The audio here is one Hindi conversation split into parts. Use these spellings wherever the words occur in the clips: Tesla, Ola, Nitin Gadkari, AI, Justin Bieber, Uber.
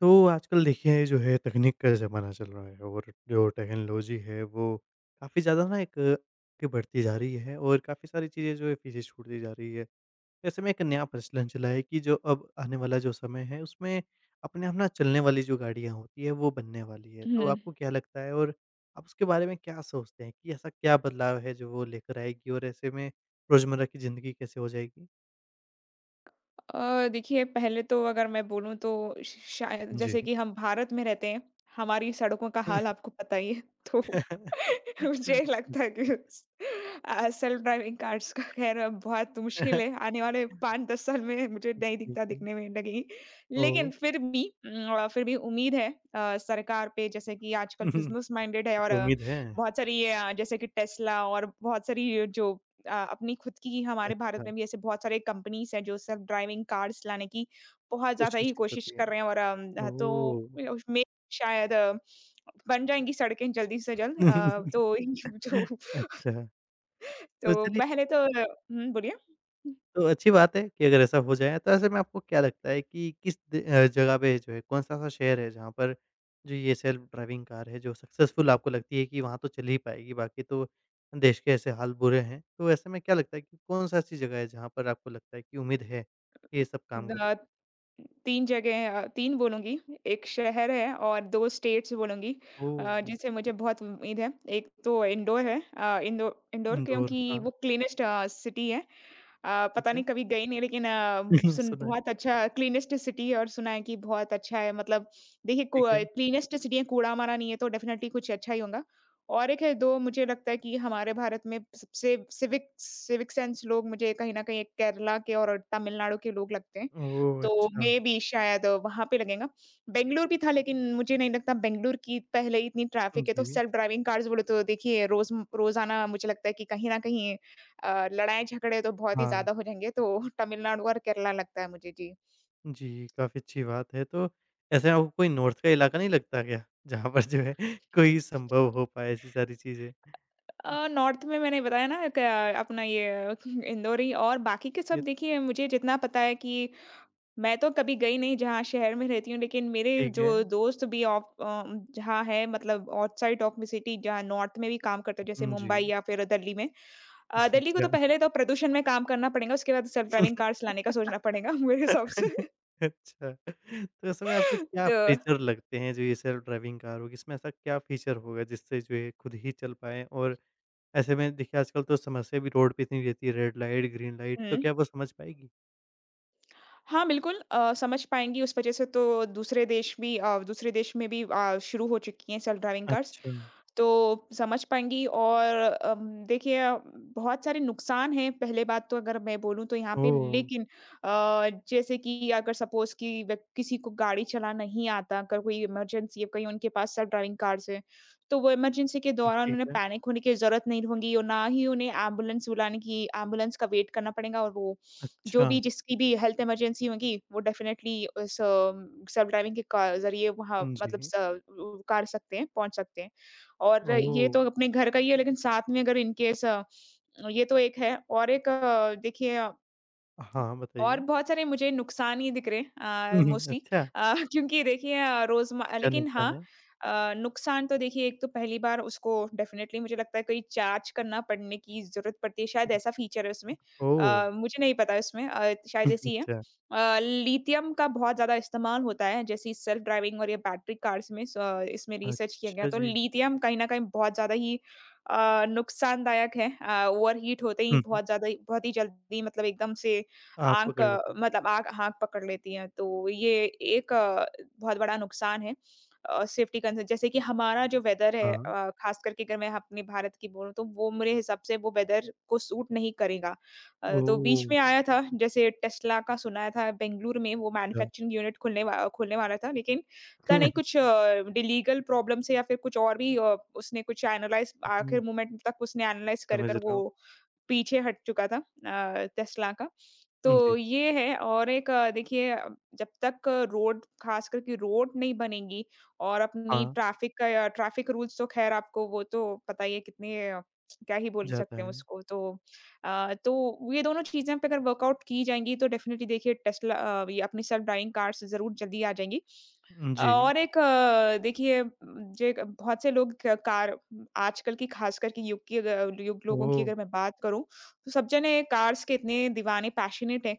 तो आजकल देखिए जो है तकनीक का ज़माना चल रहा है और जो टेक्नोलॉजी है वो काफ़ी ज़्यादा ना एक आगे बढ़ती जा रही है और काफ़ी सारी चीज़ें जो है पीछे छूटती जा रही है। ऐसे में एक नया प्रचलन चला है कि जो अब आने वाला जो समय है उसमें अपने आप ना चलने वाली जो गाड़ियाँ होती है वो बनने वाली है। हुँ। तो आपको क्या लगता है और आप उसके बारे में क्या सोचते हैं कि ऐसा क्या बदलाव है जो वो लेकर आएगी और ऐसे में रोज़मर्रा की ज़िंदगी कैसे हो जाएगी? देखिए पहले तो अगर मैं बोलूँ तो श शायद जी। जैसे कि हम भारत में रहते हैं, हमारी सड़कों का हाल आपको पता ही है। तो मुझे लगता है कि उस सेल्फ ड्राइविंग कार्स का खैर अब बहुत मुश्किल है। आने वाले 5-10 साल में मुझे नहीं ठीक दिखता है। दिखने में लगेगी। लेकिन ओह! फिर भी उम्मीद है। सरकार पे जैसे कि आजकल बिज़नेस माइंडेड है। और अच्छा, उम्मीद है? बहुत सारी जैसे कि टेस्ला और बहुत सारी जो अपनी खुद की, हमारे भारत अच्छा, में भी ऐसे बहुत सारे कंपनीज हैं जो सेल्फ ड्राइविंग कार्स लाने की बहुत ज़्यादा कोशिश ही कर कोशिश रही कर हैं। रहे हैं। और तो ओह! उसमें शायद बन जाएँगी सड़कें जल्दी से जल्द। तो जो अच्छा, तो तो चलिए पहले तो बोलिए? तो अच्छी बात है कि अगर ऐसा हो जाए, तो ऐसे में आपको क्या लगता है कि किस जगह पे जो है कौन-सा ऐसा शहर है जहाँ पर जो ये सेल्फ ड्राइविंग कार है, जो सक्सेसफुल आपको लगती है कि वहाँ तो चल ही पाएगी, बाकी तो देश के ऐसे हाल बुरे हैं। तो ऐसे में क्या लगता है कि कौन-सा ऐसी जगह है जहाँ पर आपको लगता है कि उम्मीद है कि ये सब काम कर अ, सकते? 3 जगह, 3 बोलूँगी। एक शहर है और 2 स्टेट्स बोलूँगी, ओह! जिनसे मुझे बहुत उम्मीद है। एक तो इंदौर है, इंदौर इंदौर, क्योंकि हाँ, वो क्लीनेस्ट सिटी है। ठीक पता है। नहीं कभी गई नहीं, लेकिन अ, सुन सुना है, बहुत अच्छा क्लीनेस्ट सिटी है और सुना है कि बहुत अच्छा है। मतलब देखिए ठीक है। क्लीनेस्ट सिटी है, कूड़ा हमारा नहीं है तो डेफिनेटली कुछ अच्छा ही होगा। और एक है 2, मुझे लगता है कि हमारे भारत में सबसे सिविक सिविक सेंस लोग मुझे कहीं न कहीं एक केरला के और तमिलनाडु के लोग लगते हैं। ओह! तो अच्छा। मेबी शायद वहाँ पे लगेगा। बेंगलुरु भी था लेकिन मुझे नहीं लगता, बेंगलुरु की पहले ही इतनी ट्रैफिक है तो जी, सेल्फ ड्राइविंग कार्स बोले तो देखिए रोज़ाना मुझे लगता है कि कहीं न कहीं लड़ाई झगड़े तो बहुत ही हाँ। ज़्यादा हो जाएँगे, तो तमिलनाडु और केरला लगता है मुझे, जी। जी, काफ़ी अच्छी बात है, तो ऐसे आपको कोई नॉर्थ का इलाका नहीं लगता क्या? जहाँ पर जो है कोई संभव हो पाए ऐसी सारी चीज़ें? नॉर्थ में मैंने बताया ना क अपना ये इंदौरी। और बाकी के सब ये देखिए मुझे जितना पता है कि मैं तो कभी गई नहीं जहाँ शहर में रहती हूँ, लेकिन मेरे ठीक है। जो दोस्त भी जहाँ है, मतलब आउटसाइड ऑफ द सिटी जहाँ नॉर्थ में भी काम करते हैं, जैसे हुँ, जी। मुंबई या फिर दिल्ली में। दिल्ली को तो अच्छा। पहले तो प्रदूषण में काम करना पड़ेगा, उसके बाद सेल्फ ड्राइविंग कार्स लाने का सोचना पड़ेगा मेरे हिसाब से। अच्छा, तो ऐसे में आपको क्या तो फीचर लगते हैं जो ये सेल्फ ड्राइविंग कार होगी, इसमें ऐसा क्या फीचर होगा जिससे जो है खुद ही चल पाएँ? और ऐसे में देखिए आजकल तो समस्या भी रोड पे इतनी रहती है, रेड लाइट, ग्रीन लाइट, हुँ। तो क्या वो समझ पाएगी? हाँ, बिल्कुल समझ पाएँगी। उस वज़ह से तो दूसरे देश में भी शुरू हो चुकी हैं सेल्फ ड्राइविंग कार्स। अच्छा, तो समझ पाएँगी। और देखिए बहुत सारे नुकसान हैं, पहले बात तो अगर मैं बोलूँ तो यहाँ पे। ओह! लेकिन जैसे कि अगर सपोज़ कि व्यक किसी को गाड़ी चलाना नहीं आता, अगर कोई इमरजेंसी है, कहीं उनके पास सेल्फ ड्राइविंग कार्स हैं, तो वो इमरजेंसी के दौरान ठीक उन्हें है। पैनिक होने की ज़रूरत नहीं होगी, और ना ही उन्हें एम्बुलेंस बुलाने की एम्बुलेंस का वेट करना पड़ेगा। और वो जो अच्छा, भी, जिसकी भी हेल्थ इमरजेंसी होगी, वो डेफ़िनेटली उस सेल्फ ड्राइविंग के का ज़रिए वहाँ हुँ, मतलब जी। स उ उकार सकते हैं, पहुँच सकते हैं। और ये ओह! तो अपने घर का ही है, लेकिन साथ में अगर इन केस ये तो एक है। और एक देखिए, हाँ, और बताइए। बहुत सारे मुझे नुकसान ही दिख रहे हैं हुँ, हुँ, मोस्टली। अच्छा, क्योंकि देखिए अ, रोज़मा क्या लेकिन हाँ, नुकसान है? नुकसान तो देखिए, एक तो पहली बार उसको डेफ़िनेटली मुझे लगता है कोई चार्ज करना पड़ने की ज़रूरत पड़ती है, शायद हुँ। ऐसा फ़ीचर है उसमें। ओह! मुझे नहीं पता इसमें, शायद ऐसी है। अच्छा। लिथियम का बहुत ज़्यादा इस्तेमाल होता है, जैसे सेल्फ़ ड्राइविंग और ये बैटरी कार्स में, स इसमें रिसर्च किया गया अच्छा तो जी। लिथियम कहीं न कहीं बहुत ज़्यादा ही नुकसानदायक है। ओवरहीट होते ही हुँ, हुँ। बहुत ज़्यादा ही, बहुत ही जल्दी, मतलब एकदम से आप आँख पकड़ अ, लेते हैं। मतलब आँख आँख पकड़ लेती हैं, तो ये एक बहुत बड़ा नुकसान है। सेफ्टी कंसर्न, जैसे कि हमारा जो वेदर है, हाँ। ख़ास करके अगर मैं अपने भारत की बोलूँ तो वो, मेरे हिसाब से वो वेदर को सूट नहीं करेगा। तो बीच ओह! में आया था जैसे टेस्ला का सुनाया था, बेंगलुरु में वो अच्छा। मैन्युफैक्चरिंग यूनिट खुलने वाला था, लेकिन पता नहीं कुछ लीगल प्रॉब्लम से या फिर कुछ और भी उसने कुछ एनालाइज़, आखिर हुँ, मोमेंट तक उसने समझ कर रहा हूँ। वो पीछे हट चुका था टेस्ला का। हुँ, तो जी। ये है। और एक देखिए जब तक रोड, ख़ासकर कि रोड नहीं बनेगी और अपनी हाँ, ट्रैफ़िक का या ट्रैफ़िक रूल्स, तो ख़ैर आपको वो तो पता ही है कितने क्या ही बोल जाता सकते हैं है। उसको, तो तो ये दोनों चीज़ें पे अगर वर्कआउट की जाएँगी, तो डेफ़िनिटली देखिए टेस्ला, ये अपनी सेल्फ ड्राइविंग कार्स ज़रूर जल्दी आ जाएँगी। जी। और एक देखिए, जो एक बहुत से लोग क कार आजकल की, खासकर के युग की, अगर युग लोगों की ओह! अगर मैं बात करूँ, तो सब जने कार्स के इतने दीवाने पैशनेट हैं,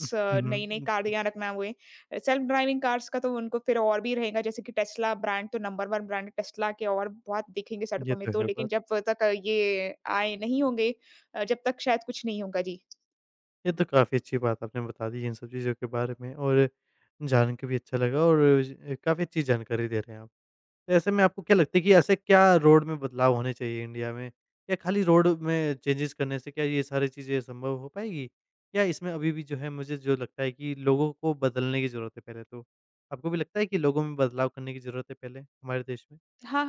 हुँ, नई-नई हुँ, जी। गाड़ियाँ रखना हुए। सेल्फ ड्राइविंग कार्स का तो उनको फिर और भी रहेगा, जैसे कि टेस्ला ब्रांड तो नंबर 1 ब्रांड, टेस्ला के और बहुत दिखेंगे ये सड़कों में। तो तो है लेकिन बात। जब तक ये आए नहीं होंगे, जब तक शायद कुछ नहीं होगा। जी। ये तो काफ़ी अच्छी बात आपने बता दी इन सब चीज़ों के बारे में और जान के भी अच्छा लगा और ज काफ़ी अच्छी जानकारी दे रहे हैं आप। तो ऐसे में आपको क्या लगता है कि ऐसे क्या रोड में बदलाव होने चाहिए इंडिया में? या खाली रोड में चेंजेस करने से क्या ये सारी चीज़ें संभव हो पाएगी? या इसमें अभी भी जो है मुझे जो लगता है कि लोगों को बदलने की ज़रूरत है पहले तो? आपको भी लगता है कि लोगों में बदलाव करने की ज़रूरत है पहले हमारे देश में? हाँ,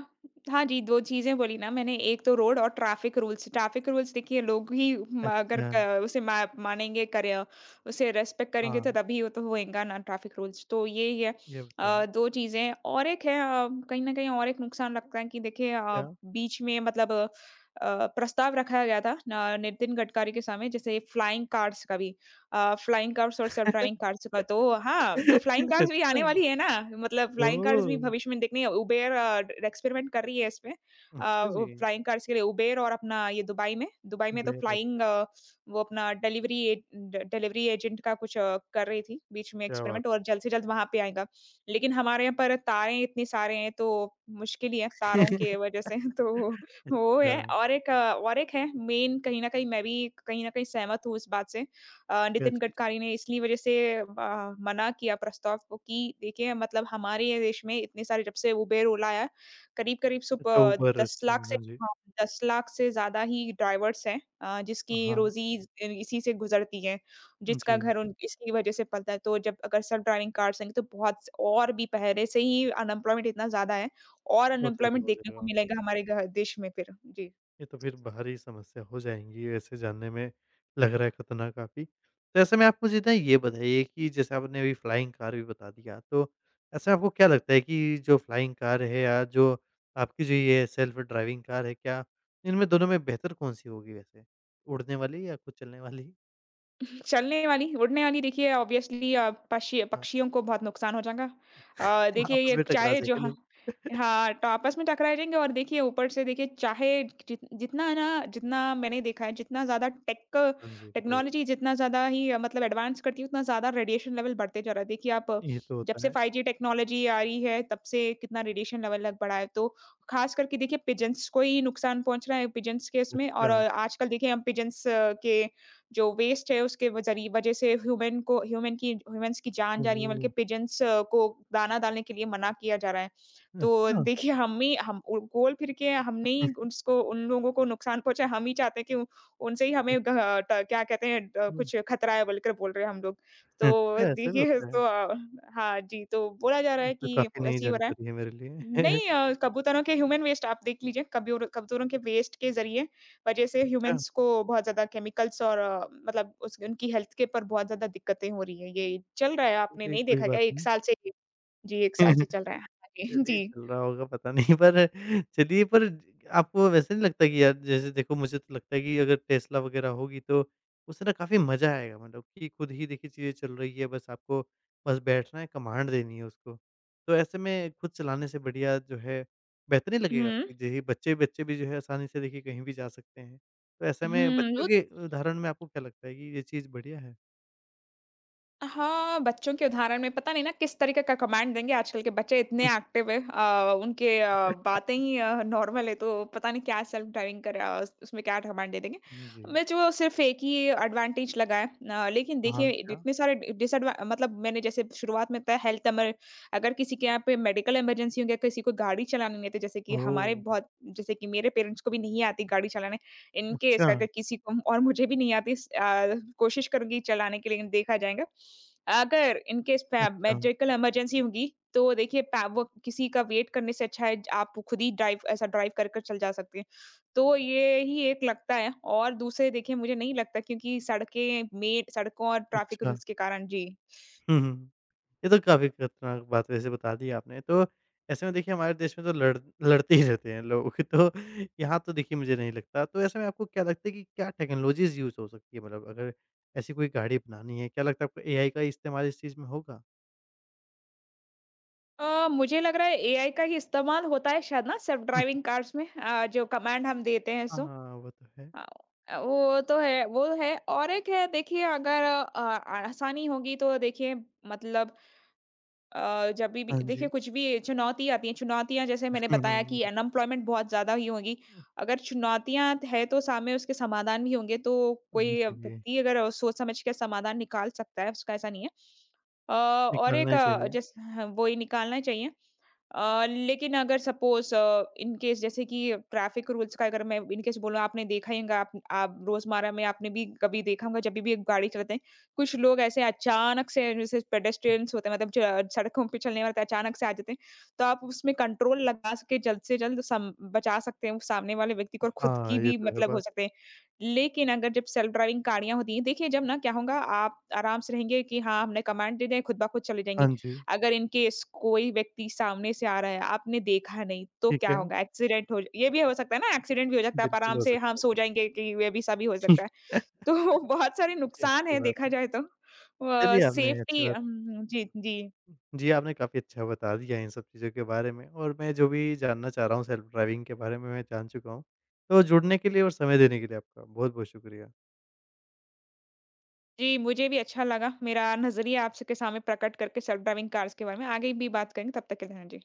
हाँ जी, 2 चीज़ें बोली ना मैंने, एक तो रोड और ट्रैफ़िक रूल्स। ट्रैफ़िक रूल्स देखिए लोग ही म अगर अच्छा, क उसे मा मानेंगे, करें, उसे रेस्पेक्ट करेंगे, हाँ, तो तभी वो तो होएगा ना ट्रैफ़िक रूल्स, तो ये ही है। ये तो है। 2 चीज़ें, और एक है कहीं न कहीं, और एक नुकसान लगता है कि देखिए, अ, क्या? बीच में मतलब अ, अ, प्रस्ताव रखा गया था न नितिन गडकरी के समय, जैसे फ्लाइंग कार्स का भी। फ्लाइंग कार्स और सेल्फ ड्राइविंग कार्स का, तो हाँ, तो फ्लाइंग कार्स भी अच्छा, आने वाली है ना, मतलब फ्लाइंग कार्स ओह! भी भविष्य में देखनी है। उबेर एक्सपेरिमेंट कर रही है इसमें। अच्छा वो जी, फ्लाइंग कार्स के लिए उबेर, और अपना ये दुबई में तो उबेर फ्लाइंग अच्छा, वो अपना डिलीवरी ए ड डिलीवरी एजेंट का कुछ कर रही थी बीच में क्या बात एक्सपेरिमेंट, तो और है। जल्द से जल्द वहाँ पे आएगा। लेकिन हमारे यहाँ पर तारे इतने सारे हैं तो मुश्किल ही है तारों के वज़ह से। तो वो अच्छा, है। और एक है मेन, कहीं न कहीं मैं भी कहीं न कहीं सहमत हूँ इस बात से। क्या नितिन चीज़? गडकरी ने इसलिए वजह से अ, मना किया प्रस्ताव को, कि देखिए मतलब हमारे ये देश में इतने सारे, जब से उबेर, ओला आया है, करीब-करीब अच्छा, उबर 10 अच्छा, लाख से, हाँ जी। हाँ, 10 लाख से ज़्यादा ही ड्राइवर्स हैं, जिसकी हाँ, रोज़ी इसी से गुज़रती है, जिसका जी, घर उन इसकी वजह से पलता है। तो जब अगर सेल्फ ड्राइविंग कार्स आएँगी, तो बहुत स और भी पहले से ही अनएम्प्लॉयमेंट इतना ज़्यादा है, और और ज़्यादा अनएम्प्लॉयमेंट हो देखने को जाएगा। मिलेगा हमारे घ देश में फिर। जी। ये तो फिर भारी समस्या हो जाएँगी वैसे जानने में लग रहा है खतरनाक काफ़ी। तो ऐसे में आप मुझे ना ये बताइए कि जैसे आपने अभी फ्लाइंग कार भी बता दिया तो ऐसे आपको क्या लगता है कि जो फ्लाइंग कार है या जो आपकी जो ये सेल्फ ड्राइविंग कार है क्या इनमें दोनों में बेहतर कौन-सी होगी वैसे? उड़ने वाली या खुद चलने वाली? चलने वाली। उड़ने वाली देखिए ऑब्वियसली अ, पक्षी हाँ, पक्षियों को बहुत नुकसान हो जाएगा। देखिए आपस ये में टकरा चाहे जो, जाएँगे हाँ, लोग। हाँ, तो आपस में टकरा जाएँगे, और देखिए ऊपर से देखिए चाहे जितना ना, जितना मैंने देखा है, जितना ज़्यादा हाँ जी, बताइए। टेक्नोलॉजी जितना ज़्यादा ही मतलब एडवांस करती है, उतना ज़्यादा रेडिएशन लेवल बढ़ते जा रहा है। देखिए आप ये तो जब होता से है। 5G टेक्नोलॉजी आ रही है, तब से कितना रेडिएशन लेवल लग बढ़ा है। तो ख़ास करके देखिए पिजन्स को ही नुकसान पहुँच रहा है, पिजन्स के इसमें, और अच्छा। आजकल देखिए हम पिजन्स के जो वेस्ट है, उसके व ज़रिए वज़ह से ह्यूमन्स की जान जा रही है, बल्कि ओह! पिजन्स को दाना डालने के लिए मना किया जा रहा है। तो अच्छा। देखिए, हम ही हम उ गोल फिर के हमने ही उसको उन लोगों को नुकसान पहुँचा, हम ही चाहते हैं कि उ उनसे ही हुँ, हमें गह ट क्या कहते हैं ड हुँ। कुछ खतरा है, बोलकर बोल रहे हैं हम लोग। तो अच्छा ऐसा भी देखिए होता है। तो हाँ जी, तो बोला जा रहा ये है तो कि काफ़ी नई ऐसे ही हो रहा है। जानकारी है मेरे लिए। नहीं अ, कबूतरों के ह्यूमन वेस्ट आप देख लीजिए, कब्यूर कबूतरों के वेस्ट के ज़रिए वजह से अच्छा, ह्यूमन्स को बहुत ज़्यादा केमिकल्स, और मतलब उस उनकी हेल्थ के ऊपर बहुत ज़्यादा दिक्कतें हो रही हैं। ये चल रहा है, आपने चलिए नहीं कोई देखा क्या बात 1 नहीं। साल से? जी, 1 साल से चल रहा है। हाँ जी, चलिए जी। चल रहा होगा पता नहीं पर चलिए पर आपको वैसे नहीं लगता कि यार जैसे देखो मुझे तो लगता है कि अगर टेस्ला वग़ैरह होगी तो उससे ना काफ़ी मज़ा आएगा मतलब कि खुद ही देखिए चीज़ें चल रही है बस आपको बस बैठना है कमांड देनी है उसको। तो ऐसे में खुद चलाने से बढ़िया जो है बेहतर नहीं लगेगा हुँ। कि जो है बच्चे-बच्चे भी जो है आसानी से देखिए कहीं भी जा सकते हैं। तो ऐसे में हुँ, बच्चों वो के उदाहरण में आपको क्या लगता है कि ये चीज़ बढ़िया है? हाँ, बच्चों के उदाहरण में पता नहीं ना किस तरीके का कमांड देंगे, आजकल के बच्चे इतने एक्टिव हैं, बातें ही नॉर्मल है, तो पता नहीं क्या सेल्फ ड्राइविंग उसमें क्या कमांड दे देंगे। जी। मैं जो सिर्फ़ एक ही एडवांटेज लगा है, लेकिन कहा देखिए क्या? इतने सारे डि डिसएडवा मतलब मैंने जैसे शुरुआत में बताया, हेल्थ अमर अगर किसी के यहाँ पे मेडिकल इमरजेंसी हो गया, किसी को गाड़ी चलानी नहीं आती, जैसे कि हमारे ओह! बहुत, जैसे कि मेरे पेरेंट्स को भी नहीं आती गाड़ी चलाने। इन केस अच्छा, अगर किसी को, और मुझे भी नहीं आती, कोशिश करूँगी चलाने के लिए, देखा जाएगा। अगर इन केस प अच्छा, मेडिकल इमरजेंसी होगी, तो देखिए प वो किसी का वेट करने से अच्छा है, आप खुद ही ड्राइव कर कर चल जा सकते हैं। तो ये ही एक लगता है, और दूसरे देखिए मुझे नहीं लगता, क्योंकि सड़कें में सड़कों और ट्रैफिक अच्छा। रूल्स के कारण। जी। हुँ, हुँ। ये तो काफ़ी खतरनाक बात वैसे बता दी आपने। तो ऐसे में देखिए हमारे देश में तो लड़ते ही रहते हैं लोग तो यहाँ तो देखिए मुझे नहीं लगता। तो ऐसे में आपको क्या लगता है कि क्या टेक्नोलॉजीज़ यूज़ हो सकती है मतलब अगर ऐसी कोई गाड़ी बनानी है, क्या लगता है आपको एआई का इस्तेमाल इस चीज़ में होगा? मुझे लग रहा है एआई का ही इस्तेमाल होता है शायद ना सेल्फ ड्राइविंग कार्स में, जो कमांड हम देते हैं हाँ, सो। हाँ, वो तो है। हाँ, वो तो है। और एक है देखिए, अगर आसानी होगी तो देखिए, मतलब, हाँ देखिए जी। कुछ भी चुनौती आती है, चुनौतियां जैसे मैंने हुँ, बताया हुँ, कि जी। अनएम्प्लॉयमेंट बहुत ज्यादा ही होगी। अगर चुनौतियां है, तो सामने उसके समाधान भी होंगे, तो कोई हुँ, जी, व्यक्ति अगर सोच समझ के समाधान निकाल सकता है, उसका ऐसा नहीं है। अ, और निकालना एक ही अ, चाहिए। जैसे हाँ, वो ही निकालना चाहिए। लेकिन अगर सपोज़ इन केस जैसे कि ट्रैफ़िक रूल्स का, अगर मैं इन केस बोलूँ, आपने देखा ही होगा, आप रोज़मर्रा में आपने भी कभी देखा होगा, जब भी एक गाड़ी चलाते हैं, कुछ लोग ऐसे अचानक से जैसे पेडेस्ट्रियंस होते हैं, मतलब ज सड़कों पे चलने वाले तो अचानक से आ जाते हैं, तो आप उसमें कंट्रोल लगा सके, जल्द से जल्द सम बचा सकते हैं उस सामने वाले व्यक्ति को, और खुद हाँ, की ये भी तो है मतलब हो बात। सकते हैं। लेकिन अगर जब सेल्फ ड्राइविंग गाड़ियाँ होती हैं, देखिए जब ना क्या होगा, आप आराम से रहेंगे कि हाँ, हमने कमांड दे दिया, खुद ब खुद चली जाएँगी। हाँ जी, अगर इन केस कोई व्यक्ति सामने से आ रहा है, आपने देखा नहीं, तो ठीक क्या है। होगा? एक्सीडेंट हो, ये भी हो सकता है ना, एक्सीडेंट भी हो सकता है। आप बिल्कुल आराम हो से हम सकता सो है। जाएँगे कि ये भी सभी हो सकता है। तो बहुत सारे ये नुकसान अच्छी हैं बात देखा है। जाए तो। चलिए आपने अच्छी सेफ्टी बात जी, जी। जी, आपने काफ़ी अच्छा बता दिया इन सब चीज़ों के बारे में और मैं जो भी जानना चाह रहा हूँ सेल्फ ड्राइविंग के बारे में मैं जान चुका हूँ। तो जुड़ने के लिए और समय देने के लिए आपका बहुत-बहुत शुक्रिया। जी, मुझे भी अच्छा लगा। मेरा नज़रिया आप सबके सामने प्रकट करके सेल्फ ड्राइविंग कार्स के बारे में। आगे भी बात करेंगे, तब तक के लिए, हाँ जी।